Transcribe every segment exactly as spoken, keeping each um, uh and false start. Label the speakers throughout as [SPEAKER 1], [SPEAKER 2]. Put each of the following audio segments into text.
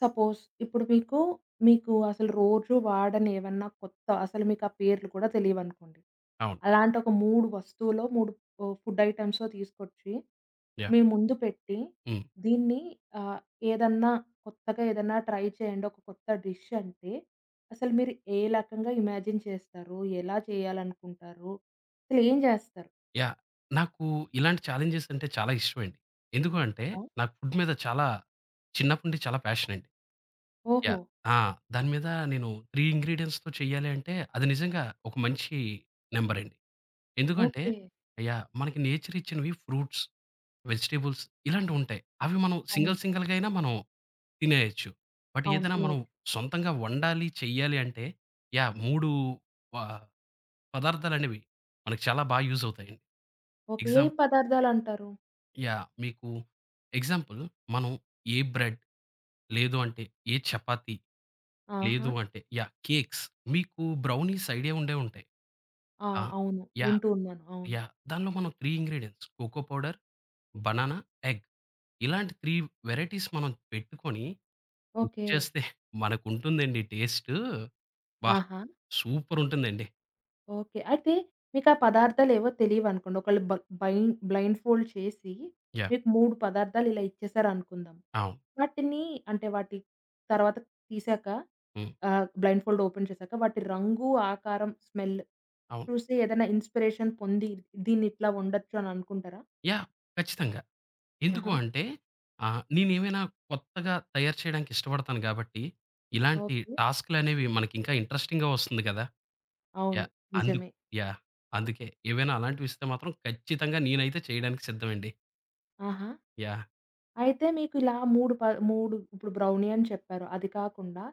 [SPEAKER 1] Suppose ఇప్పుడు మీకు, మీకు అసలు రోజు వాడని ఏవన్నా కొత్త అసలు మీకు ఆ పేర్లు కూడా తెలియవనుకోండి.
[SPEAKER 2] అవును.
[SPEAKER 1] అలాంటి ఒక 3 వస్తువులో 3 ఆహ్, ఫుడ్ ఐటెమ్సో తీసుకొచ్చి,
[SPEAKER 2] యాహ్!
[SPEAKER 1] మీ ముందు పెట్టి,
[SPEAKER 2] హ్మ్.
[SPEAKER 1] దీన్ని ఆహ్, ఏదన్నా కొత్తగా ఏదన్నా ట్రై చేయండి. ఒక కొత్త డిష్ అంటే, అసలు మీరు ఏ రకంగా ఇమాజిన్ చేస్తారు? ఎలా చేయాలనుకుంటారు? అసలు ఏం చేస్తారు?
[SPEAKER 2] యాహ్! నాకు ఇలాంటి ఛాలెంజెస్ అంటే చాలా ఇష్టమండి. ఎందుకు అంటే
[SPEAKER 1] కదా!
[SPEAKER 2] నాకు ఫుడ్ మీద చాలా చిన్నప్పటి నుండి చాలా ప్యాషన్ అండి.
[SPEAKER 1] ఓహో!
[SPEAKER 2] యాహ్! ఆ! దాని మీద నేను మూడు ఇంగ్రీడియెంట్స్‌తో చేయాలి అంటే అది నిజంగా ఒక మంచి నంబర్ అండి. ఎందుకంటే
[SPEAKER 1] ఓకే.
[SPEAKER 2] యాహ్! మనకి నేచర్ ఇచ్చినవి ఫ్రూట్స్, వెజిటబుల్స్ ఇలాంటివుంటాయి. అవి మనం
[SPEAKER 1] అవును.
[SPEAKER 2] సింగిల్ సింగిల్‌గా అయినా మనం తినేయొచ్చు. బట్
[SPEAKER 1] అవును.
[SPEAKER 2] ఏదైనా మనం
[SPEAKER 1] తినేయొచ్చు.
[SPEAKER 2] సొంతంగా వండాలి, చెయ్యాలి అంటే యాహ్! మూడు వ పదార్థాలనేవి మనకు చాలా బాగా యూజ్ అవుతాయండి.
[SPEAKER 1] ఓకే. ఏ
[SPEAKER 2] ఎగ్జామ్
[SPEAKER 1] పదార్థాలంటారు?
[SPEAKER 2] యాహ్! మీకు ఎగ్జాంపుల్ మనం ఏ బ్రెడ్, లేదు అంటే ఏ చపాతీ,
[SPEAKER 1] ఆహా!
[SPEAKER 2] లేదు అంటే యాహ్! కేక్స్ మీకు బ్రౌనీస్ ఐడియా ఉండే ఉంటాయి.
[SPEAKER 1] ఆ!
[SPEAKER 2] ఆ!
[SPEAKER 1] అవును.
[SPEAKER 2] యాహ్!
[SPEAKER 1] వింటూ ఉన్నాను. అవును.
[SPEAKER 2] యాహ్! దానిలో మనం మూడు ingredients cocoa powder, banana, egg ఇలాంటి మూడు వెరైటీస్ మనం పెట్టుకొని కుక్
[SPEAKER 1] ఓకే.
[SPEAKER 2] చేస్తే మనకుంటుందండి టేస్టు. అబ్బా!
[SPEAKER 1] ఆహా!
[SPEAKER 2] సూపరుంటుందండి.
[SPEAKER 1] ఓకే. అయితే మీకా పదార్థాలేవో తెలీవనుకోండి. ఒకళ్ళు బ బైం బ్లైండ్ ఫోల్డ్ చేసి
[SPEAKER 2] యాహ్!
[SPEAKER 1] మీకు మూడు పదార్థాలు ఇలా ఇచ్చేసారనుకుందాం.
[SPEAKER 2] అవును.
[SPEAKER 1] వాటిని అంటే వాటి తర్వాత తీసాక
[SPEAKER 2] హ్మ్.
[SPEAKER 1] ఆహ్, బ్లైండ్ ఫోల్డ్ ఓపెన్ చేశాక వాటి రంగు, ఆకారం, స్మెల్
[SPEAKER 2] అవును.
[SPEAKER 1] చూసి ఏదైనా ఇన్‌స్పిరేషన్ పొంది దీన్నిట్లా వండొచ్చు అని అనుకుంటారా?
[SPEAKER 2] యాహ్! ఖచ్చితంగా. ఎందుకు
[SPEAKER 1] ఆహా!
[SPEAKER 2] అంటే, ఆహ్, నేనేమైనా కొత్తగా తయారు చేయడానికి ఇష్టపడతాను గాబట్టి, ఇలాంటి
[SPEAKER 1] ఓకే.
[SPEAKER 2] టాస్క్‌లనేవి మనకింకా ఇంట్రెస్టింగ్‌గా వస్తుంది గదా!
[SPEAKER 1] అవును.
[SPEAKER 2] యాహ్! అందుకు
[SPEAKER 1] నిజమే.
[SPEAKER 2] యాహ్! అందుకే. ఏవైనా అలాంటివిస్తే మాత్రం ఖచ్చితంగా నేనైతే చేయడానికి సిద్ధమండి.
[SPEAKER 1] ఆహా!
[SPEAKER 2] యాహ్!
[SPEAKER 1] అయితే మీకు ఇలా 3 ప 3 ఇప్పుడు బ్రౌనీ అని చెప్పారు. అది కాకుండా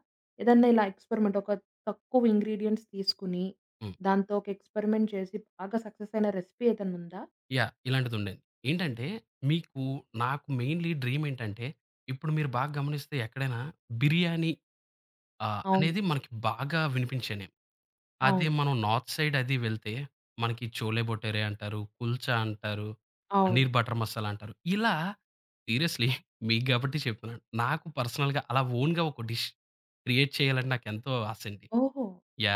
[SPEAKER 1] ఏదన్నా ఇలా ఎక్స్‌పెరిమెంట్ ఒక తక్కువ ఇంగ్రీడియెంట్స్ తీసుకొని,
[SPEAKER 2] హ్మ్.
[SPEAKER 1] దాంతో ఒక ఎక్స్‌పెరిమెంట్ చేసి బాగా సక్సెస్ అయిన రెసిపీ ఏదన్నా ఉందా?
[SPEAKER 2] యాహ్! ఇలాంటిదుండండి. ఏంటంటే, మీకు నాకు మెయిన్‌లీ డ్రీమేంటంటే, ఇప్పుడు మీరు బాగా గమనిస్తే ఎక్కడైనా బిర్యానీ ఆహ్,
[SPEAKER 1] అవును.
[SPEAKER 2] అనేది మనకి బాగా వినిపించని అదే
[SPEAKER 1] అవును.
[SPEAKER 2] మనం నార్త్ సైడ్ అది వెళ్తే, మనకి చోలే భటూరే అంటారు, కుల్చా అంటారు,
[SPEAKER 1] అవును.
[SPEAKER 2] పన్నీర్ బటర్ మసాలా అంటారు. ఇలా సీరియస్‌లీ మీకు గాబట్టి చెప్తున్నాను. నాకు పర్సనల్‌గా అలా ఓన్‌గా ఒక డిష్ క్రియేట్ చేయాలని నాకెంతో ఆసండి.
[SPEAKER 1] ఓహో!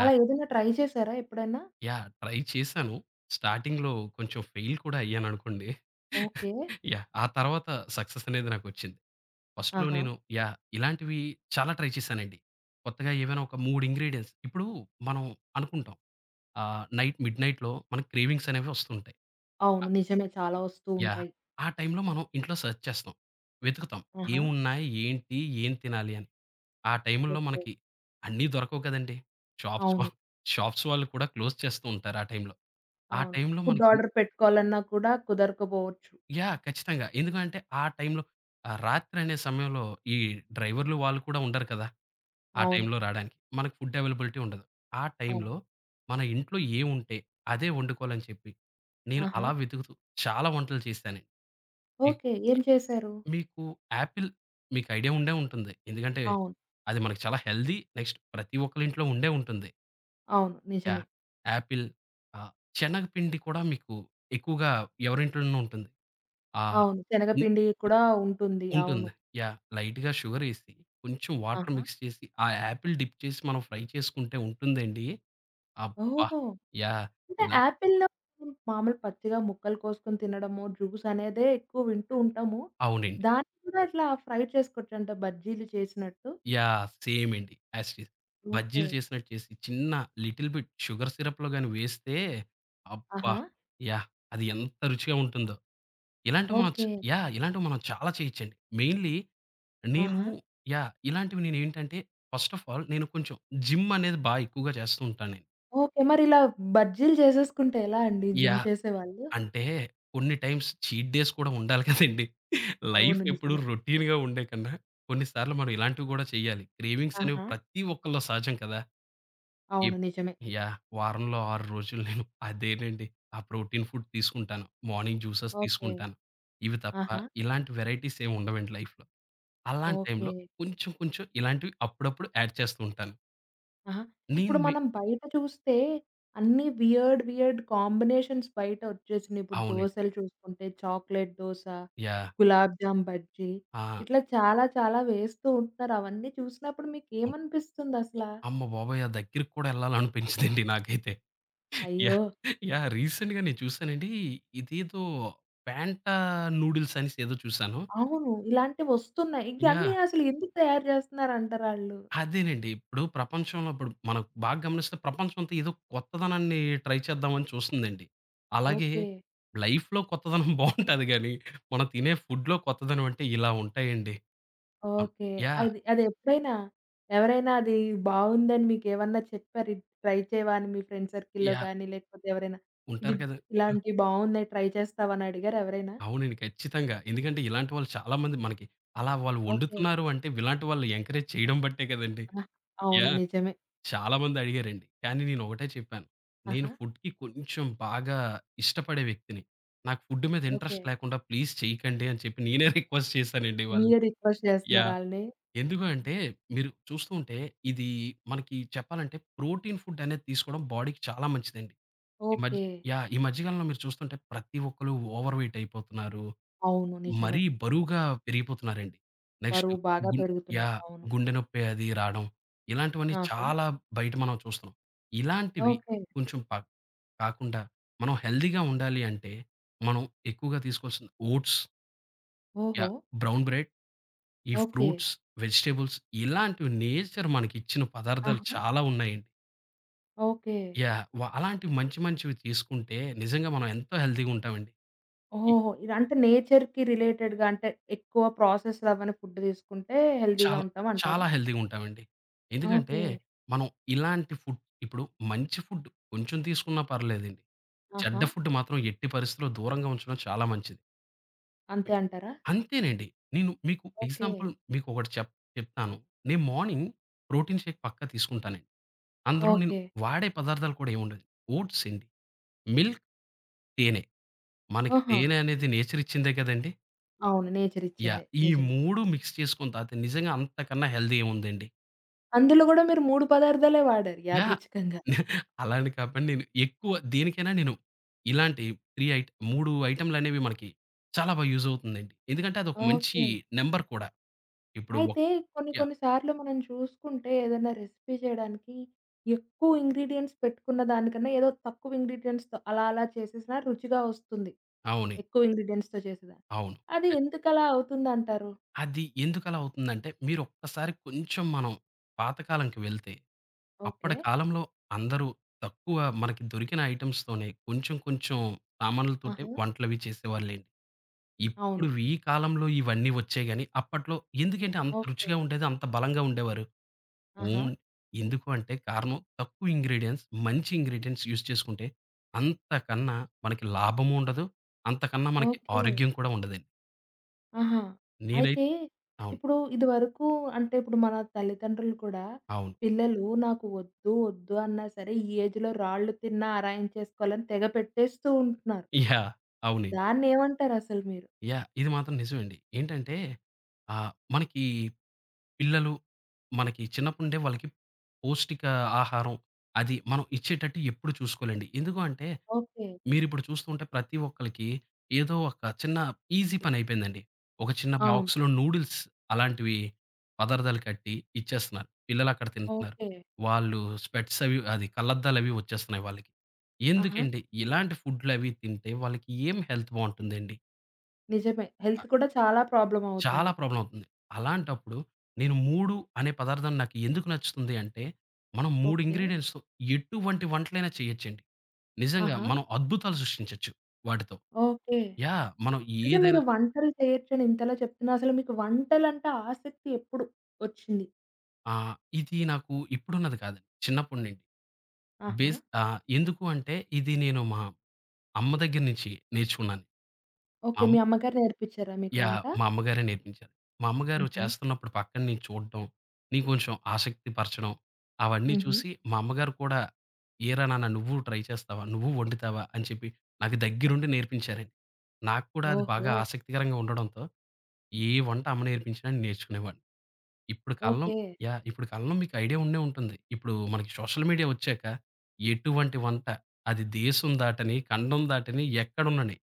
[SPEAKER 1] అలా ఏదైనా ట్రై చేసారా ఎప్పుడైనా?
[SPEAKER 2] యాహ్! ట్రై చేశాను. స్టార్టింగ్‌లో కొంచెం ఫెయిల్ కూడా అయ్యాననుకోండి. యాహ్!
[SPEAKER 1] ఓకే.
[SPEAKER 2] ఆ తర్వాత సక్సెస్ అనేది నాకొచ్చింది. ఫస్ట్‌లో
[SPEAKER 1] ఆహా!
[SPEAKER 2] నేను యాహ్! ఇలాంటివి చాలా ట్రై చేశానండి. కొత్తగా ఏవైనా ఒక మూడు ఇంగ్రీడియెంట్స్ ఇప్పుడు మనం అనుకుంటాం. ఆహ్, నైట్ మిడ్‌నైట్‌లో మనకి క్రేవింగ్స్ అనేవి వస్తుంటాయి.
[SPEAKER 1] అవును.
[SPEAKER 2] ఆహ్,
[SPEAKER 1] నిజమే చాలా వస్తూ
[SPEAKER 2] యాహ్!
[SPEAKER 1] ఉంటాయి.
[SPEAKER 2] ఆ టైంలో మనం ఇంట్లో సెర్చ్ చేస్తాం. వెతుకుతాం.
[SPEAKER 1] ఆహా!
[SPEAKER 2] ఏమున్నాయి? ఏంటి? ఏం తినాలి అని. ఆ టైంలో
[SPEAKER 1] ఓకే.
[SPEAKER 2] మనకి అన్నీ దొరకవు కదండీ! షాప్స్ వా
[SPEAKER 1] అవును.
[SPEAKER 2] షాప్స్ వాళ్ళు కూడా క్లోజ్ చేస్తూ ఉంటారు ఆ టైంలో. ఆ
[SPEAKER 1] అవును.
[SPEAKER 2] టైంలో
[SPEAKER 1] ఫుడ్
[SPEAKER 2] మనకి
[SPEAKER 1] ఆర్డర్ పెట్టుకోవాలన్నా కూడా కుదరకపోవచ్చు.
[SPEAKER 2] యాహ్! ఖచ్చితంగా. ఎందుకంటే ఆ టైంలో ఆహ్, రాత్రనే సమయంలో ఈ డ్రైవర్‌లు వాళ్ళు కూడా ఉండరు కదా! ఆ
[SPEAKER 1] అవును.
[SPEAKER 2] టైంలో రాడానికి. మనకు ఫుడ్ అవైలబిలిటీ ఉండదు. ఆ
[SPEAKER 1] అవును.
[SPEAKER 2] టైంలో మన ఇంట్లో ఏముంటే అదే వండుకోవాలని చెప్పి, నేను
[SPEAKER 1] ఆహా!
[SPEAKER 2] అలా వెతుకుతూ చాలా వంటలు చేశానండి. మీకు
[SPEAKER 1] ఓకే. ఏం చేశారు?
[SPEAKER 2] మీకు యాపిల్ మీకు ఐడియా ఉండే ఉంటుంది. ఎందుకంటే
[SPEAKER 1] అవును.
[SPEAKER 2] అది మనకు చాలా హెల్తీ. నెక్స్ట్ ప్రతి ఒక్కళ్ళ ఇంట్లో ఉండే ఉంటుంది.
[SPEAKER 1] అవును. నిజమే.
[SPEAKER 2] యాహ్! యాపిల్ ఆహ్, శనగపిండి కూడా మీకు ఎక్కువగా ఎవరింట్లోనూ ఉంటుంది. ఆ!
[SPEAKER 1] అవును.
[SPEAKER 2] హ్మ్.
[SPEAKER 1] శనగపిండి కూడా ఉంటుంది. అవును.
[SPEAKER 2] ఉంటుంది. యాహ్! లైట్‌గా షుగర్ ఏసి, కొంచెం వాటర్
[SPEAKER 1] ఆహా!
[SPEAKER 2] మిక్స్ చేసి, ఆ యాపిల్ డిప్ చేసి మనం ఫ్రై చేసుకుంటే ఉంటుందండి. అబ్బా!
[SPEAKER 1] ఓహో!
[SPEAKER 2] యాహ్!
[SPEAKER 1] అంటే
[SPEAKER 2] ఇలా
[SPEAKER 1] యాపిల్‌లో మామూలు పచ్చిగా ముక్కలు కోసుకొని తినడము, జ్యూస్ అనేదే ఎక్కువ వింటూ ఉంటాము.
[SPEAKER 2] అవునండి.
[SPEAKER 1] దాన్ని కూడా ఇట్లా ఫ్రై చేసుకోవచ్చంట బజ్జీలు చేసినట్టు.
[SPEAKER 2] యాహ్! సేమ్ అండి. యాస్ టీజ్.
[SPEAKER 1] ఓకే.
[SPEAKER 2] బజ్జీలు చేసినట్టు చేసి, చిన్న లిటిల్ బిట్ షుగర్ సిరప్‌లో గాని వేస్తే అబ్బా!
[SPEAKER 1] ఆహా!
[SPEAKER 2] యాహ్! అది ఎంత రుచిగా ఉంటుందో. ఇలాంటివి మనం చ్
[SPEAKER 1] ఓకే.
[SPEAKER 2] యాహ్! ఇలాంటివి మనం చాలా చేయొచ్చండి. మెయిన్‌లీ నేను
[SPEAKER 1] ఆహా!
[SPEAKER 2] యాహ్! ఇలాంటివి నేనేంటంటే, ఫస్ట్ ఆఫ్ ఆల్ నేను కొంచెం జిమ్ అనేది బా ఎక్కువగా చేస్తూ ఉంటాను నేను.
[SPEAKER 1] ఓకే. మరిలా బజ్జీలు చేసేసుకుంటే ఎలా అండి జిమ్
[SPEAKER 2] యాహ్!
[SPEAKER 1] చేసేవాళ్ళు?
[SPEAKER 2] అంటే కొన్ని టైమ్స్ చీట్ డేస్ కూడా ఉండాలి కదండీ! లైఫ్
[SPEAKER 1] అవును.
[SPEAKER 2] ఎప్పుడు
[SPEAKER 1] నిజమే.
[SPEAKER 2] రొటీన్‌గా ఉండే కన్నా, కొన్ని సార్లు మనం ఇలాంటివి కూడా చేయాలి. క్రేవింగ్స్ అనేవి
[SPEAKER 1] ఆహా!
[SPEAKER 2] ప్రతి ఒక్కళ్ళలో సహజం కదా!
[SPEAKER 1] అవును.
[SPEAKER 2] ఎప్
[SPEAKER 1] నిజమే.
[SPEAKER 2] యాహ్! వారంలో ఆరు రోజులు నేను అదేనండి. ఆ ప్రోటీన్ ఫుడ్ తీసుకుంటాను. Morning juices
[SPEAKER 1] okay.
[SPEAKER 2] తీసుకుంటాను. ఇవి తప్ప
[SPEAKER 1] ఆహా!
[SPEAKER 2] ఇలాంటి వెరైటీస్ ఏమి ఉండవండి లైఫ్‌లో. అలాంటి
[SPEAKER 1] ఓకే.
[SPEAKER 2] టైంలో కొంచెం కొంచెం ఇలాంటివి అప్పుడప్పుడు యాడ్ చేస్తూ ఉంటాను.
[SPEAKER 1] ఆహా!
[SPEAKER 2] నేను
[SPEAKER 1] ఇప్పుడు
[SPEAKER 2] మీ
[SPEAKER 1] మనం బయట చూస్తే అన్ని వియర్డ్, వియర్డ్ కాంబినేషన్స్ బయట వచ్చేసినియి. ఇప్పుడు
[SPEAKER 2] అవునండి.
[SPEAKER 1] దోసలు చూసుకుంటే చాక్లేట్ దోస,
[SPEAKER 2] యాహ్!
[SPEAKER 1] గులాబ్ జామ్ బజ్జీ
[SPEAKER 2] ఆ!
[SPEAKER 1] ఇట్లా చాలా చాలా వేస్తూ ఉంటున్నారు. అవన్నీ చూసినప్పుడు
[SPEAKER 2] అవును.
[SPEAKER 1] మీకేమనిపిస్తుందసలా?
[SPEAKER 2] అమ్మబాబోయ్! ఆ దగ్గరికి కూడా ఎళ్ళాలని అనిపించదండి నాకైతే.
[SPEAKER 1] అయ్యో!
[SPEAKER 2] యాహ్! యాహ్! రీసెంట్‌గా నేను చూసానండి. ఇదేదో ఫాంటా నూడిల్స్ అనేసి ఏదో చూసాను.
[SPEAKER 1] అవును. ఇలాంటివొస్తున్నాయి. ఇయన్నీ
[SPEAKER 2] యాహ్!
[SPEAKER 1] అసలు ఎందుకు తయారు జేస్తున్నారంటారాళ్ళు?
[SPEAKER 2] అదేనండి. ఇప్పుడు ప్రపంచంలో ఇప్పుడు మనం బాగా గమనిస్తే ప్రపంచం అంతా ఏదో కొత్తదనాన్ని ట్రై చేద్దామని చూస్తుందండి. అలాగే
[SPEAKER 1] ఓకే.
[SPEAKER 2] లైఫ్‌లో కొత్తదనం బావుంటది గానీ, మనం తినే ఫుడ్‌లో కొత్తదనం అంటే ఇలా ఉంటాయండి. అన్
[SPEAKER 1] ఓకే.
[SPEAKER 2] యాహ్!
[SPEAKER 1] అది అదెప్పుడైనా ఎవరైనా అది బావుందని మీకేమన్నా చెప్పారా? ఇది ట్రై చేయవా అని మీ ఫ్రెండ్ సర్కిల్‌లో
[SPEAKER 2] యాహ్!
[SPEAKER 1] గానీ, లేకపోతే ఎవరైనా ఇది
[SPEAKER 2] ఉంటారు కదా! యాహ్!
[SPEAKER 1] ఇలాంటివి బావున్నాయి ట్రై చేస్తావా అని అడిగారా ఎవరైనా?
[SPEAKER 2] అవునండి. ఖచ్చితంగా. ఎందుకంటే ఇలాంటి వాళ్ళు చాలా మంది మనకి అలా వాళ్ళు
[SPEAKER 1] ఓకే.
[SPEAKER 2] వండుతున్నారు అంటే ఇలాంటి వాళ్ళు ఎంకరేజ్ చేయడం బట్టే కదండీ!
[SPEAKER 1] ఆహా! అవును.
[SPEAKER 2] యాహ్!
[SPEAKER 1] నిజమే.
[SPEAKER 2] చాలామంది అడిగారండి. కానీ నేనొకటే చెప్పాను. నేను
[SPEAKER 1] ఆహా!
[SPEAKER 2] ఫుడ్‌కి కొంచెం బాగా ఇష్టపడే వ్యక్తిని. నాకు ఫుడ్ మీద
[SPEAKER 1] ఓకే.
[SPEAKER 2] ఇంట్రెస్ట్ లేకుండా ప్లీజ్ చేయకండి అని చెప్పి నేనే రిక్వెస్ట్ చేశానండి
[SPEAKER 1] మీరే
[SPEAKER 2] వాళ్ళని.
[SPEAKER 1] రిక్వెస్ట్ చేస్తున్నారు
[SPEAKER 2] యాహ్!
[SPEAKER 1] ఆళ్ళని.
[SPEAKER 2] ఎందుకు అంటే మీరు చూస్తూ ఉంటే ఇది మనకి చెప్పాలంటే ప్రోటీన్ ఫుడ్ అనేది తీసుకోవడం బాడీకి చాలా మంచిదండి. ఈ మధ్య
[SPEAKER 1] ఓకే.
[SPEAKER 2] యాహ్! ఈ మధ్య కాలంలో మీరు చూస్తుంటే ప్రతి ఒక్కళ్ళు ఓవర్ వెయిట్ అయిపోతున్నారు.
[SPEAKER 1] అవును. నిజమే.
[SPEAKER 2] మరీ బరువుగా పెరిగిపోతున్నారండి. నెక్స్ట్
[SPEAKER 1] బరువు బాగా
[SPEAKER 2] గున్
[SPEAKER 1] పెరుగుతున్నారు.
[SPEAKER 2] యాహ్!
[SPEAKER 1] అవును.
[SPEAKER 2] గుండె నొప్పి అది రాడం. ఇలాంటివన్నీ
[SPEAKER 1] ఆహా!
[SPEAKER 2] చాలా బయట మనం చూస్తున్నాం. ఇలాంటివి
[SPEAKER 1] ఓకే.
[SPEAKER 2] కొంచెం ప కాకుండా మనం హెల్తీగా ఉండాలి అంటే, మనం ఎక్కువగా తీసుకోవాల్సింది ఓట్స్
[SPEAKER 1] ఓహో!
[SPEAKER 2] యాహ్! బ్రౌన్ బ్రెడ్, ఈ
[SPEAKER 1] ఓకే.
[SPEAKER 2] ఫ్రూట్స్, వెజిటబుల్స్ ఇలాంటివి నేచర్ మనకిచ్చిన పదార్థాలు
[SPEAKER 1] ఆహా!
[SPEAKER 2] చాలా ఉన్నాయండి.
[SPEAKER 1] ఓకే.
[SPEAKER 2] యాహ్! వ అలాంటివి మంచి మంచివి తీసుకుంటే నిజంగా మనం ఎంతో హెల్తీగా ఉంటామండి.
[SPEAKER 1] ఓహో! ఇదంటే నేచర్‌కి రిలేటెడ్‌గా అంటే ఎక్కువ ప్రాసెస్డ్ అవ్వని ఫుడ్ తీసుకుంటే హెల్తీగా
[SPEAKER 2] చాలా,
[SPEAKER 1] ఉంటాం అంటారా?
[SPEAKER 2] చాలా హెల్తీగా ఉంటామండి. ఎందుకంటే,
[SPEAKER 1] ఓకే.
[SPEAKER 2] మనం ఇలాంటి ఫుడ్ ఇప్పుడు మంచి ఫుడ్ కొంచెం తీసుకున్నా పర్లేదండి.
[SPEAKER 1] ఆహా!
[SPEAKER 2] చెడ్డ ఫుడ్ మాత్రం ఎట్టి పరిస్థితిలో దూరంగా ఉంచడం చాలా మంచిది.
[SPEAKER 1] అంతే అంటారా?
[SPEAKER 2] అంతేనండి. నేను మీకు
[SPEAKER 1] ఓకే.
[SPEAKER 2] ఎగ్జాంపుల్ మీకొకటి చెప్ చెప్తాను. నేను మార్నింగ్ ప్రోటీన్ షేక్ పక్కా తీసుకుంటానండి. అందులో నేను
[SPEAKER 1] ఓకే.
[SPEAKER 2] వాడే పదార్థాలు కూడా ఏముండదు. ఓట్స్ అండి, మిల్క్, తేనె. మనకి
[SPEAKER 1] ఆహా!
[SPEAKER 2] తేనె అనేది నేచర్ ఇచ్చిందే కదండీ!
[SPEAKER 1] అవును. Nature
[SPEAKER 2] yeah!
[SPEAKER 1] ఇచ్చిందే.
[SPEAKER 2] ఈ
[SPEAKER 1] నిజమే.
[SPEAKER 2] మూడు మిక్స్ చేసుకొని తాగితే నిజంగా అంతకన్నా హెల్తీ ఏముందండి.
[SPEAKER 1] అందులో గూడా మీరు మూడు పదార్థాలే వాడారు
[SPEAKER 2] యాహ్!
[SPEAKER 1] యాదృచ్ఛికంగా.
[SPEAKER 2] అలా అని కాపోయినా నేను ఎక్కువ దేనికైనా నేను ఇలాంటి మూడు ఐట్ మూడు ఐటెమ్‌లనేవి మనకి చాలా బా యూజ్ అవుతుందండి. ఎందుకంటే అదొక మంచి
[SPEAKER 1] ఓకే.
[SPEAKER 2] నంబర్ కూడా. ఇప్పుడు ఒక
[SPEAKER 1] అయితే కొన్ని
[SPEAKER 2] యాహ్!
[SPEAKER 1] కొన్ని సార్లు మనం చూసుకుంటే ఏదైనా రెసిపీ చేయడానికి ఎక్కువ ఇంగ్రీడియెంట్స్ పెట్టుకున్న దానికన్నా ఏదో తక్కువ ఇంగ్రీడియెంట్స్‌తో అలా అలా చేసేసినా రుచిగా వస్తుంది.
[SPEAKER 2] అవునండి.
[SPEAKER 1] ఎక్కువ ఇంగ్రీడియెంట్స్‌తో చేసేదా.
[SPEAKER 2] అవును.
[SPEAKER 1] అది
[SPEAKER 2] అ
[SPEAKER 1] ఎందుకలా అవుతుందంటారు?
[SPEAKER 2] అది ఎందుకలా అవుతుందంటే మీరొక్కసారి కొంచెం మనం పాత కాలంకి వెళ్తే
[SPEAKER 1] ఓకే.
[SPEAKER 2] అప్పటి కాలంలో అందరూ తక్కువ మనకి దొరికిన ఐటెమ్స్‌తోనే కొంచెం కొంచెం సామాన్లతోటే
[SPEAKER 1] ఆహా!
[SPEAKER 2] వంటలవి చేసేవాళ్ళేండి.
[SPEAKER 1] అవును.
[SPEAKER 2] ఇప్పుడు ఈ కాలంలో ఇవన్నీ వచ్చాయి గాని అప్పట్లో ఎందుకంటే అంత
[SPEAKER 1] ఓకే.
[SPEAKER 2] రుచిగా ఉండేది, అంత బలంగా ఉండేవారు?
[SPEAKER 1] ఆహా!
[SPEAKER 2] ఓన్ ఎందుకు అంటే కారణం తక్కువ ఇంగ్రీడియెంట్స్, మంచి ఇంగ్రీడియెంట్స్ యూజ్ చేసుకుంటే, అంతకన్నా మనకి లాభము ఉండదు. అంతకన్నా మనకి
[SPEAKER 1] ఓకే.
[SPEAKER 2] ఆరోగ్యం కూడా ఉండదండి.
[SPEAKER 1] ఆహా!
[SPEAKER 2] నేనై
[SPEAKER 1] అయితే
[SPEAKER 2] అవును.
[SPEAKER 1] ఇప్పుడు ఇదివరకు అంటే ఇప్పుడు మన తల్లిదండ్రులు కూడా
[SPEAKER 2] అవును.
[SPEAKER 1] పిల్లలు నాకు వద్దు, వద్దు అన్నా సరే ఈ ఏజ్‌లో రాళ్ళు తిన్నా అరాయించేసుకోవాలని తెగ పెట్టేస్తూ ఉంటున్నారు.
[SPEAKER 2] యాహ్! అవునండి.
[SPEAKER 1] దాన్నేమంటారసలు మీరు?
[SPEAKER 2] యాహ్! ఇది మాత్రం నిజమండి. ఏంటంటే ఆహ్, మనకి పిల్లలు మనకి చిన్నప్పటి నుండే వాళ్ళకి పౌష్టిక ఆహారం అది మనం ఇచ్చేటట్టు ఎప్పుడు చూసుకోలేండి. ఎందుకు అంటే
[SPEAKER 1] ఓకే.
[SPEAKER 2] మీరిప్పుడు చూస్తూ ఉంటే ప్రతి ఒక్కళ్ళకి ఏదో ఒక చిన్న ఈజీ పనైపోయిందండి. ఒక చిన్న
[SPEAKER 1] అవును.
[SPEAKER 2] బాక్స్‌లో నూడిల్స్ అలాంటివి పదార్థాలు కట్టి ఇచ్చేస్తున్నారు. పిల్లలక్కడ తింటున్నారు.
[SPEAKER 1] ఓకే.
[SPEAKER 2] వాళ్ళు స్పెట్స్ అవి అది కళ్ళద్దాలవి వచ్చేస్తున్నాయి వాళ్ళకి.
[SPEAKER 1] ఆహా!
[SPEAKER 2] ఎందుకండి? ఇలాంటి ఫుడ్‌లవి తింటే వాళ్ళకి ఏం హెల్త్ బావుంటుందండి?
[SPEAKER 1] నిజమే.
[SPEAKER 2] అ
[SPEAKER 1] హెల్త్ కూడా చాలా ప్రాబ్లమ్
[SPEAKER 2] చాలా
[SPEAKER 1] అవుతుంది.
[SPEAKER 2] ప్రాబ్లమ్ అవుతుంది. అలాంటప్పుడు నేను మూడు అనే పదార్థం నాకు ఎందుకు నచ్చుతుంది అంటే, మనం మూడు
[SPEAKER 1] ఓకే.
[SPEAKER 2] ఇంగ్రీడియెంట్స్‌తో ఎటువంటి వంటలైనా చేయొచ్చండి. నిజంగా
[SPEAKER 1] ఆహా!
[SPEAKER 2] మనం అద్భుతాలు సృష్టించొచ్చు వాటితో.
[SPEAKER 1] ఓకే.
[SPEAKER 2] యాహ్! మనం
[SPEAKER 1] అంటే మీరు
[SPEAKER 2] ఏదైనా
[SPEAKER 1] వంటలు చేయొచ్చని ఇంతలా చెప్తున్నా అసలు మీకు వంటలంటే ఆసక్తి ఎప్పుడు ఒచ్చింది?
[SPEAKER 2] ఆహ్, ఇది నాకు ఇప్పుడున్నది కాదండి. చిన్నప్పటి నుండి.
[SPEAKER 1] ఆహా!
[SPEAKER 2] బేస్ ఆహ్, ఎందుకు అంటే ఇది నేను మా అమ్మ దగ్గర నుంచి నేర్చుకున్నాను. మా
[SPEAKER 1] ఓకే.
[SPEAKER 2] అమ్
[SPEAKER 1] మీ అమ్మగారు నేర్పిచ్చారా మీకు
[SPEAKER 2] యాహ్!
[SPEAKER 1] వంట?
[SPEAKER 2] మా అమ్మగారే నేర్పించారు. మా అమ్మగారు
[SPEAKER 1] హుహు.
[SPEAKER 2] చేస్తున్నప్పుడు పక్కన నేను చూడడం, నేను కొంచెం ఆసక్తి పరచడం, అవన్నీ
[SPEAKER 1] హుహు.
[SPEAKER 2] చూసి మా అమ్మగారు కూడా "ఏరా నాన్న నువ్వు ట్రై చేస్తావా? నువ్వు వండుతావా?" అని చెప్పి నాకు దగ్గరుండి నేర్పించారండి. నాకు కూడా అది బాగా
[SPEAKER 1] ఓహో!
[SPEAKER 2] ఆసక్తికరంగా ఉండడంతో ఏ వంట అమ్మ నేర్పించినా నేను నేర్చుకునేవాడిని. ఇప్పుడు కాలంలో
[SPEAKER 1] ఓకే.
[SPEAKER 2] యాహ్! ఇప్పుడు కాలంలో మీకు ఐడియా ఉండే ఉంటుంది. ఇప్పుడు మనకి సోషల్ మీడియా వచ్చాక ఎటువంటి వంట, అది దేశం దాటని, ఖండం దాటని, ఎక్కడున్నని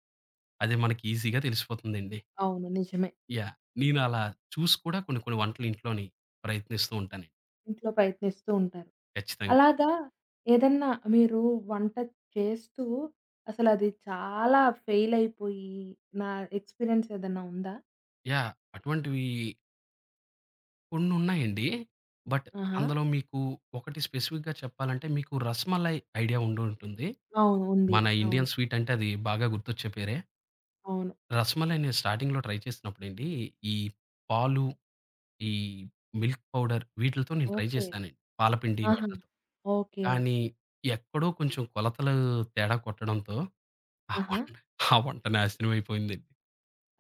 [SPEAKER 2] అది మనకి ఈజీగా తెలిసిపోతుందండి.
[SPEAKER 1] అవును. నిజమే.
[SPEAKER 2] యాహ్! నేను అలా చూసి కూడా కొన్ని కొన్ని వంటలు ఇంట్లోని ప్రయత్నిస్తూ ఉంటానండి.
[SPEAKER 1] ఇంట్లో ప్రయత్నిస్తూ ఉంటారు.
[SPEAKER 2] ఖచ్చితంగా.
[SPEAKER 1] అలాగా ఏదన్నా మీరు వంట చేస్తూ అసలది చాలా ఫెయిల్ అయిపోయి నా ఎక్స్‌పీరియన్స్ ఏదన్నా ఉందా?
[SPEAKER 2] యాహ్! అటువంటివి కొన్నున్నాయండి. బట్
[SPEAKER 1] ఆహా!
[SPEAKER 2] అందులో మీకు ఒకటి స్పెసిఫిక్‌గా చెప్పాలంటే మీకు రసమలై ఐడియా ఉండుంటుంది.
[SPEAKER 1] అవును. ఉంది.
[SPEAKER 2] మన
[SPEAKER 1] అవును.
[SPEAKER 2] ఇండియన్ స్వీట్ అంటే అది బాగా గుర్తొచ్చే పేరే.
[SPEAKER 1] అవును.
[SPEAKER 2] రసమలై నేను స్టార్టింగ్‌లో ట్రై చేసినప్పుడండి, ఈ పాలు, ఈ మిల్క్ పౌడర్ వీటిలతో నేను ట్రై
[SPEAKER 1] ఓకే.
[SPEAKER 2] చేశానండి. పాలపిండి
[SPEAKER 1] ఆహా!
[SPEAKER 2] వాటిలతో.
[SPEAKER 1] ఓకే.
[SPEAKER 2] కానీ ఎక్కడో కొంచెం కొలతలు తేడా కొట్టడంతో ఆ
[SPEAKER 1] ఆహా!
[SPEAKER 2] వంట ఆ వంట నాశనం అయిపోయిందండి.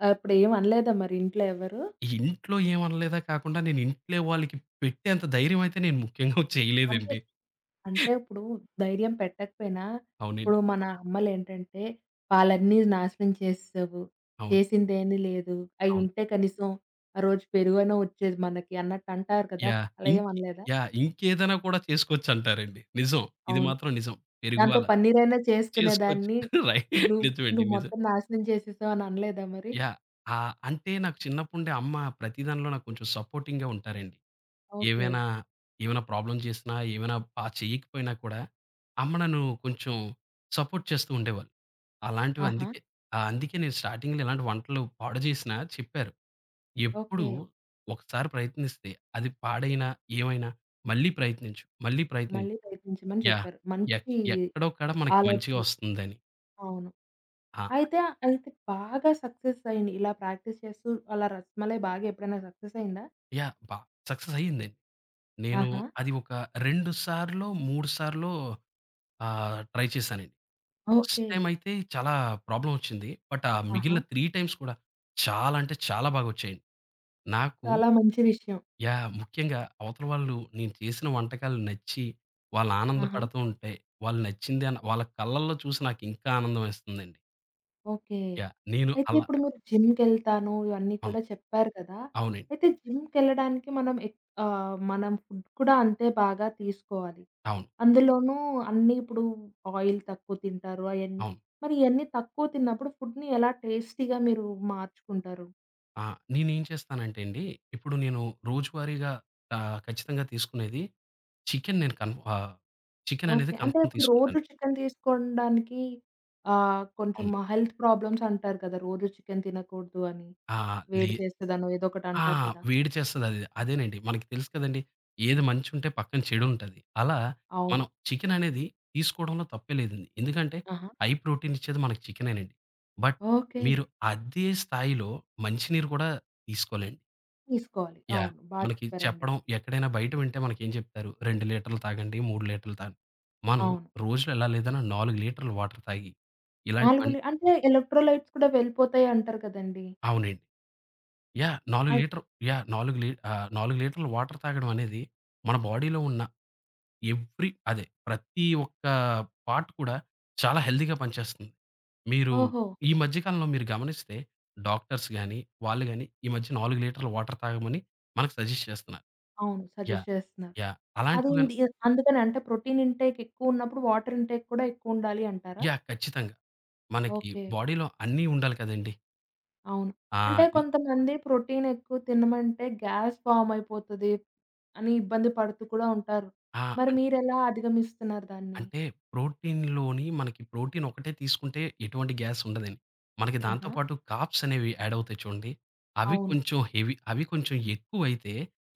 [SPEAKER 1] అప్పుడేం అనలేదా మరి ఇంట్లో ఎవరు?
[SPEAKER 2] ఇంట్లో ఏమనలేదా కాకుండా నేను ఇంట్లో వాళ్ళకి పెట్టేంత ధైర్యం అయితే నేను ముఖ్యంగా
[SPEAKER 1] అంటే
[SPEAKER 2] చేయలేదండి.
[SPEAKER 1] అంటే ఇప్పుడు ధైర్యం పెట్టకపోయినా,
[SPEAKER 2] అవునండి.
[SPEAKER 1] ఇప్పుడు మన అమ్మలేంటంటే, "పాలన్నీ నాశనం చేసేసావు.
[SPEAKER 2] అవును.
[SPEAKER 1] చేసిందేమీ లేదు.
[SPEAKER 2] అవును.
[SPEAKER 1] అయ్యుంటే కనీసం ఆ రోజు పెరుగైనా వచ్చేది మనకి" అన్నట్టు అంటారు కదా!
[SPEAKER 2] యాహ్!
[SPEAKER 1] అలా
[SPEAKER 2] ఇంక్
[SPEAKER 1] ఏమి అనలేదా?
[SPEAKER 2] యాహ్! ఇంకేదైనా కూడా చేసుకోవచ్చంటారండి. నిజం. ఇది
[SPEAKER 1] అవును.
[SPEAKER 2] మాత్రం నిజం. పెరుగు
[SPEAKER 1] దాంతో
[SPEAKER 2] అలా
[SPEAKER 1] పన్నీరైనా
[SPEAKER 2] చేసుకోవచ్చు.
[SPEAKER 1] చేసుకునేదాన్ని.
[SPEAKER 2] రై
[SPEAKER 1] నువ్వు
[SPEAKER 2] నిజమండి.
[SPEAKER 1] నువ్వు
[SPEAKER 2] నిజం.
[SPEAKER 1] మొత్తం నాశనం చేసేసావు అని అనలేదా మరి?
[SPEAKER 2] యాహ్! ఆహ్, అంటే నాకు చిన్నప్పుండే అమ్మ ప్రతి దానిలో నాకు కొంచెం సపోర్టింగ్‌గా ఉంటారండి.
[SPEAKER 1] ఓకే.
[SPEAKER 2] ఏవైనా, ఏమైనా ప్రాబ్లమ్ చేసినా, ఏమైనా బా చేయకపోయినా కూడా, అమ్మ నన్ను కొంచెం సపోర్ట్ చేస్తూ ఉండేవాళ్ళు. అలాంటివి
[SPEAKER 1] ఆహా!
[SPEAKER 2] అందుకే ఆ! అందుకే నేను స్టార్టింగ్‌లో ఇలాంటి వంటలు పాడు చేసినా చెప్పారు. ఎప్పుడు
[SPEAKER 1] ఓకే.
[SPEAKER 2] ఒకసారి ప్రయత్నిస్తే అది పాడైనా, ఏమైనా మళ్ళీ ప్రయత్నించు, మళ్ళీ ప్రయత్నించు.
[SPEAKER 1] మళ్ళీ ప్రయత్నించమని
[SPEAKER 2] యాహ్!
[SPEAKER 1] చెప్పారు.
[SPEAKER 2] ఎక్
[SPEAKER 1] మంచి
[SPEAKER 2] ఎక్కడో కాడ మనకి మంచిగా
[SPEAKER 1] ఆలోచన.
[SPEAKER 2] వస్తుందని.
[SPEAKER 1] అవును.
[SPEAKER 2] ఆ!
[SPEAKER 1] అయితే, అయితే బాగా సక్సెస్ అయింది. ఇలా ప్రాక్టీస్ చేస్తూ అలా రస్మలై బాగా ఎప్పుడైనా సక్సెస్ అయిందా?
[SPEAKER 2] యాహ్! బా సక్సెస్ అయ్యిందండి. నేను
[SPEAKER 1] ఆహా!
[SPEAKER 2] అది ఒక రెండు సార్లో, మూడు సార్లో ఆహ్, ట్రై చేశానండి. First
[SPEAKER 1] okay.
[SPEAKER 2] టైమ్ అయితే చాలా ప్రాబ్లమ్ వచ్చింది. బట్ ఆ
[SPEAKER 1] ఆహా!
[SPEAKER 2] మిగిలిన మూడు టైమ్స్ కూడా చాలా అంటే చాలా బాగా వచ్చాయండి. నాకు
[SPEAKER 1] చాలా మంచి విషయం.
[SPEAKER 2] యాహ్! ముఖ్యంగా అవతల వాళ్ళు నేను చేసిన వంటకాలు నచ్చి వాళ్ళు
[SPEAKER 1] ఆహా!
[SPEAKER 2] ఆనందపడుతూ ఉంటే, వాళ్ళు నచ్చింది అని వాళ్ళ కళ్ళల్లో చూసి నాకింకా ఆనందం వేస్తుందండి.
[SPEAKER 1] ఓకే.
[SPEAKER 2] యాహ్! నేను
[SPEAKER 1] అయితే
[SPEAKER 2] అలా
[SPEAKER 1] ఇప్పుడు మీరు జిమ్‌కెళ్తాను ఇవన్నీ
[SPEAKER 2] అవును.
[SPEAKER 1] కూడా చెప్పారు కదా!
[SPEAKER 2] అవునండి.
[SPEAKER 1] అయితే జిమ్‌కెళ్ళడానికి మనం ఎక్ ఆహ్, మనం ఫుడ్ కూడా అంతే బాగా తీసుకోవాలి.
[SPEAKER 2] అవును.
[SPEAKER 1] అందులోనూ అన్నీ ఇప్పుడు ఆయిల్ తక్కువ తింటారు అయన్నీ.
[SPEAKER 2] అవును.
[SPEAKER 1] మరి ఇయన్నీ తక్కువ తిన్నప్పుడు ఫుడ్‌ని ఎలా టేస్టీగా మీరు మార్చుకుంటారు?
[SPEAKER 2] ఆ! నేనేం చేస్తానంటే అండి, ఇప్పుడు నేను రోజువారీగా ఆహ్, ఖచ్చితంగా తీసుకునేది చికెన్ నేను కన్ఫ్ ఆహ్, చికెన్ అనేది
[SPEAKER 1] ఓకే. అంటే
[SPEAKER 2] కన్ఫర్మ్
[SPEAKER 1] ఇప్పుడు రోజు
[SPEAKER 2] తీసుకుంటాను.
[SPEAKER 1] చికెన్ తీసుకోడానికి ఆహ్, కొంచెం
[SPEAKER 2] అవును.
[SPEAKER 1] హెల్త్ ప్రాబ్లమ్స్ అంటారు కదా! రోజు చికెన్ తినకూడదు అని.
[SPEAKER 2] ఆ! లే
[SPEAKER 1] వేడి చేస్తదనో ఏదో ఒకటి
[SPEAKER 2] ఆ!
[SPEAKER 1] అంటారు కదా!
[SPEAKER 2] వేడి చేస్తదది. అదేనండి. మనకి తెలుసు కదండీ! ఏది మంచుంటే పక్కన చెడుంటది. అలా
[SPEAKER 1] అవును.
[SPEAKER 2] మనం చికెన్ అనేది తీసుకోవడంలో తప్పే లేదండి. ఎందుకంటే
[SPEAKER 1] ఆహా!
[SPEAKER 2] హై ప్రోటీన్ ఇచ్చేది మనకి చికెనేనండి. But
[SPEAKER 1] okay.
[SPEAKER 2] మీరు అదే స్థాయిలో మంచినీరు కూడా తీసుకోవాలండి.
[SPEAKER 1] తీసుకోవాలి.
[SPEAKER 2] యాహ్!
[SPEAKER 1] అవును. బా
[SPEAKER 2] మనకి
[SPEAKER 1] చెప్పారండి.
[SPEAKER 2] చెప్పడం ఎక్కడైనా బయట వింటే మనకేం చెప్తారు? రెండు లీటర్లు తాగండి, మూడు లీటర్లు తాగండి. మనం
[SPEAKER 1] అవును.
[SPEAKER 2] రోజులో ఎలా లేదన్నా నాలుగు లీటర్లు వాటర్ తాగి
[SPEAKER 1] నాలుగు
[SPEAKER 2] ఇలాంటివన్
[SPEAKER 1] లి అంటే ఎలక్ట్రోలైట్స్ కూడా వెళ్ళిపోతాయి అంటారు కదండీ!
[SPEAKER 2] అవునండి. యాహ్! 4
[SPEAKER 1] అద్
[SPEAKER 2] లీటర్ యాహ్! నాలుగు లీ ఆహ్, నాలుగు లీటర్లు వాటర్ తాగడం అనేది మన బాడీలో ఉన్న ఎవ్రీ అదే ప్రతి ఒక్క పార్ట్ కూడా చాలా హెల్తీగా పనిచేస్తుంది. మీరు
[SPEAKER 1] ఓహో!
[SPEAKER 2] ఈ మధ్య కాలంలో మీరు గమనిస్తే డాక్టర్స్ గాని, వాళ్ళు గాని ఈ మధ్య నాలుగు లీటర్ల వాటర్ తాగమని మనకు సజెస్ట్ చేస్తున్నారు.
[SPEAKER 1] అవును. Suggest
[SPEAKER 2] yeah!
[SPEAKER 1] చేస్తున్నారు.
[SPEAKER 2] యాహ్! అలాంటివి గాని
[SPEAKER 1] అదేంటి అందుకని అంటే ప్రోటీన్ ఇంటేక్ ఎక్కువ ఉన్నప్పుడు వాటర్ ఇంటేక్ కూడా ఎక్కువ ఉండాలి అంటారా?
[SPEAKER 2] యాహ్! ఖచ్చితంగా. మనకి
[SPEAKER 1] ఓకే.
[SPEAKER 2] బాడీలో అన్నీ ఉండాలి కదండీ!
[SPEAKER 1] అవును.
[SPEAKER 2] ఆ!
[SPEAKER 1] అంటే
[SPEAKER 2] ఇల్
[SPEAKER 1] కొంతమంది ప్రోటీన్ ఎక్కువ తినమంటే గ్యాస్ ఫార్మ్ అయిపోతది అని ఇబ్బంది పడుతూ కూడా ఉంటారు.
[SPEAKER 2] ఆ!
[SPEAKER 1] మరి మీరెలా అధిగమిస్తున్నారు దాన్ని?
[SPEAKER 2] అంటే ప్రోటీన్‌లోని మనకి ప్రోటీన్ ఒకటే తీసుకుంటే ఎటువంటి గ్యాస్ ఉండదండి. మనకి దాంతో
[SPEAKER 1] ఆహా!
[SPEAKER 2] పాటు కార్బ్స్ అనేవి యాడ్ అవుతాయి చూడండి. అవి
[SPEAKER 1] అవును.
[SPEAKER 2] కొంచెం హెవీ అవి కొంచెం ఎక్కువైతే,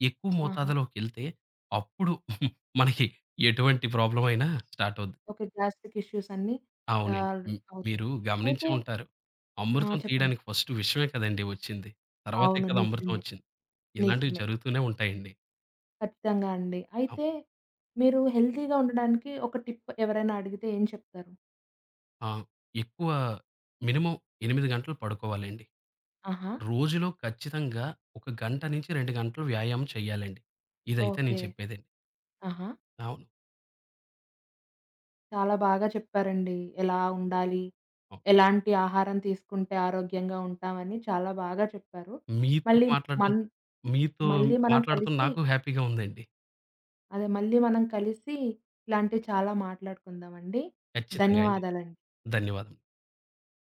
[SPEAKER 2] ఎక్కువ
[SPEAKER 1] ఆహా!
[SPEAKER 2] మోతాదులోకెళ్తే అప్పుడు మనకి ఎటువంటి ప్రాబ్లమ్ అయినా స్టార్ట్ అవుద్ది.
[SPEAKER 1] ఓకే. గ్యాస్ట్రిక్ ఇష్యూస్ అన్నీ
[SPEAKER 2] అవునండి.
[SPEAKER 1] ఆహ్,
[SPEAKER 2] హ్మ్.
[SPEAKER 1] అవుతాయి.
[SPEAKER 2] మీరు గమనించే
[SPEAKER 1] అయితే
[SPEAKER 2] ఉంటారు.
[SPEAKER 1] ఆ!
[SPEAKER 2] అమృతం
[SPEAKER 1] చెప్పండి.
[SPEAKER 2] తీయడానికి ఫస్ట్ విషమే కదండీ వచ్చింది. తర్వాతే
[SPEAKER 1] అవును.
[SPEAKER 2] కదా అమృతం
[SPEAKER 1] నిజమే.
[SPEAKER 2] వచ్చింది. ఇలాంటివి
[SPEAKER 1] నిజమే.
[SPEAKER 2] జరుగుతూనే ఉంటాయండి.
[SPEAKER 1] ఖచ్చితంగా అండి.
[SPEAKER 2] అవ్
[SPEAKER 1] అయితే మీరు హెల్తీగా ఉండడానికి ఒక టిప్ ఎవరైనా అడిగితే ఏం చెప్తారు?
[SPEAKER 2] ఆ! ఎక్కువ మినిమమ్ ఎనిమిది గంటలు పడుకోవాలండి.
[SPEAKER 1] ఆహా!
[SPEAKER 2] రోజులో ఖచ్చితంగా ఒక గంట నుంచి రెండు గంటలు వ్యాయామం చేయాలండి. ఇదైతే
[SPEAKER 1] ఓకే.
[SPEAKER 2] నేను చెప్పేదండి.
[SPEAKER 1] ఆహా!
[SPEAKER 2] అవును.
[SPEAKER 1] చాలా బాగా చెప్పారండి. ఎలా ఉండాలి?
[SPEAKER 2] అవును.
[SPEAKER 1] ఎలాంటి ఆహారం తీసుకుంటే ఆరోగ్యంగా ఉంటామని చాలా బాగా చెప్పారు.
[SPEAKER 2] మీతో
[SPEAKER 1] మళ్ళీ
[SPEAKER 2] మాట్లాడడం
[SPEAKER 1] మన్
[SPEAKER 2] మీతో
[SPEAKER 1] మళ్ళీ మనం
[SPEAKER 2] మాట్లాడుతున్న
[SPEAKER 1] కలిసి
[SPEAKER 2] నాకు హ్యాపీగా ఉందండి.
[SPEAKER 1] అదే మళ్ళీ మనం కలిసి ఇలాంటివి చాలా మాట్లాడుకుందామండి.
[SPEAKER 2] ఖచ్చితంగా అండి.
[SPEAKER 1] ధన్యవాదాలండి.
[SPEAKER 2] ధన్యవాదములు.